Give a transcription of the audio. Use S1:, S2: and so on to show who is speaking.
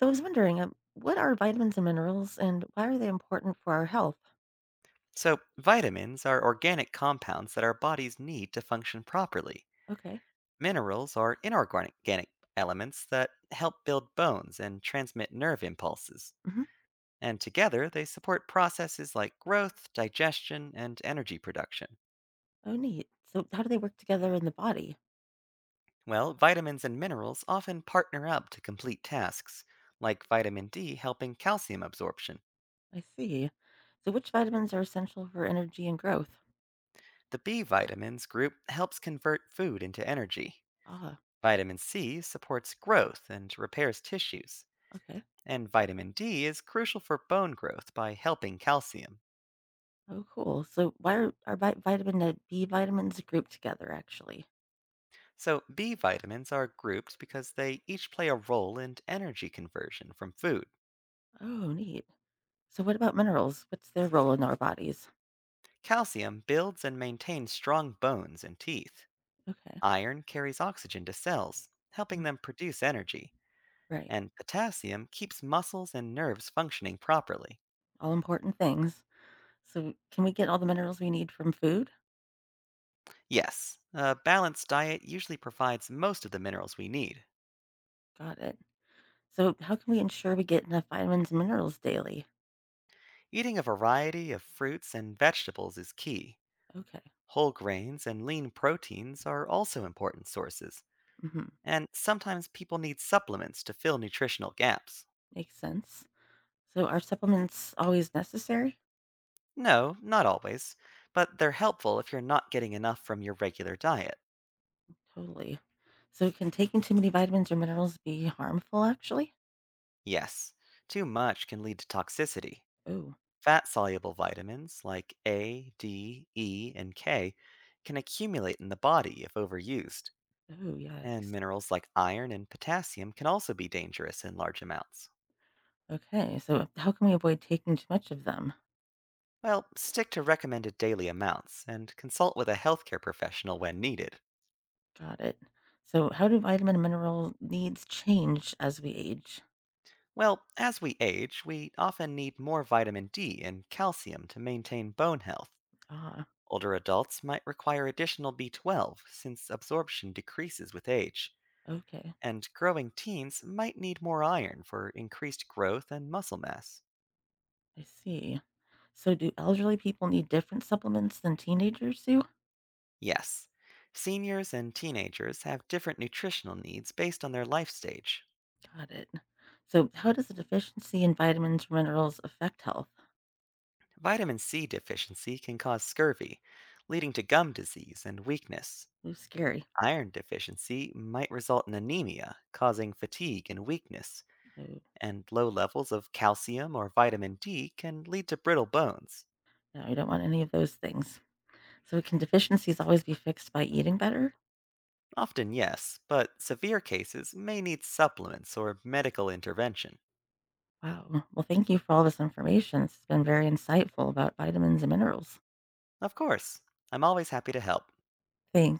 S1: So I was wondering, what are vitamins and minerals and why are they important for our health?
S2: So, vitamins are organic compounds that our bodies need to function properly.
S1: Okay.
S2: Minerals are inorganic organic elements that help build bones and transmit nerve impulses.
S1: Hmm.
S2: And together, they support processes like growth, digestion, and energy production.
S1: Oh, neat. So, how do they work together in the body?
S2: Well, vitamins and minerals often partner up to complete tasks, like vitamin D helping calcium absorption.
S1: I see. So, which vitamins are essential for energy and growth?
S2: The B vitamins group helps convert food into energy.
S1: Ah,
S2: Vitamin C supports growth and repairs tissues.
S1: okay.
S2: And vitamin D is crucial for bone growth by helping calcium.
S1: Oh, cool. So, why are vitamin and B vitamins grouped together, actually?
S2: So, B vitamins are grouped because they each play a role in energy conversion from food.
S1: Oh, neat. So, what about minerals? What's their role in our bodies?
S2: Calcium builds and maintains strong bones and teeth.
S1: Okay.
S2: Iron carries oxygen to cells,
S1: Mm.
S2: helping them produce energy.
S1: Right.
S2: And potassium keeps muscles and nerves functioning properly.
S1: All important things. So, can we get all the minerals we need from food?
S2: Yes, a balanced diet usually provides most of the minerals we need.
S1: Got it. So, how can we ensure we get enough vitamins and minerals daily?
S2: Eating a variety of fruits and vegetables is key.
S1: Okay.
S2: Whole grains and lean proteins are also important sources,
S1: Hmm.
S2: and sometimes people need supplements to fill nutritional gaps.
S1: Makes sense. So, are supplements always necessary?
S2: No, not always, but they're helpful if you're not getting enough from your regular diet.
S1: Totally. So, can taking too many vitamins or minerals be harmful, actually?
S2: Yes, too much can lead to toxicity.
S1: Oh,
S2: Fat soluble vitamins like A, D, E, and K can accumulate in the body if overused,
S1: oh, yeah.
S2: and minerals like iron and potassium can also be dangerous in large amounts.
S1: Okay. So, how can we avoid taking too much of them?
S2: Well, stick to recommended daily amounts and consult with a healthcare professional when needed.
S1: Got it. So, how do vitamin and mineral needs change as we age?
S2: Well, as we age, we often need more vitamin D and calcium to maintain bone health.
S1: Ah,
S2: Older adults might require additional B12 since absorption decreases with age,
S1: okay.
S2: and growing teens might need more iron for increased growth and muscle mass.
S1: I see. So, do elderly people need different supplements than teenagers do?
S2: Yes, seniors and teenagers have different nutritional needs based on their life stage.
S1: Got it. So, how does a deficiency in vitamins, or minerals affect health?
S2: Vitamin C deficiency can cause scurvy, leading to gum disease and weakness.
S1: Ooh, scary.
S2: Iron deficiency might result in anemia, causing fatigue and weakness,
S1: Oh,
S2: and low levels of calcium or vitamin D can lead to brittle bones.
S1: no, you don't want any of those things. So, can deficiencies always be fixed by eating better?
S2: Often, yes, but severe cases may need supplements or medical intervention.
S1: Wow. Well, thank you for all this information. It's been very insightful about vitamins and minerals.
S2: Of course, I'm always happy to help.
S1: Thanks.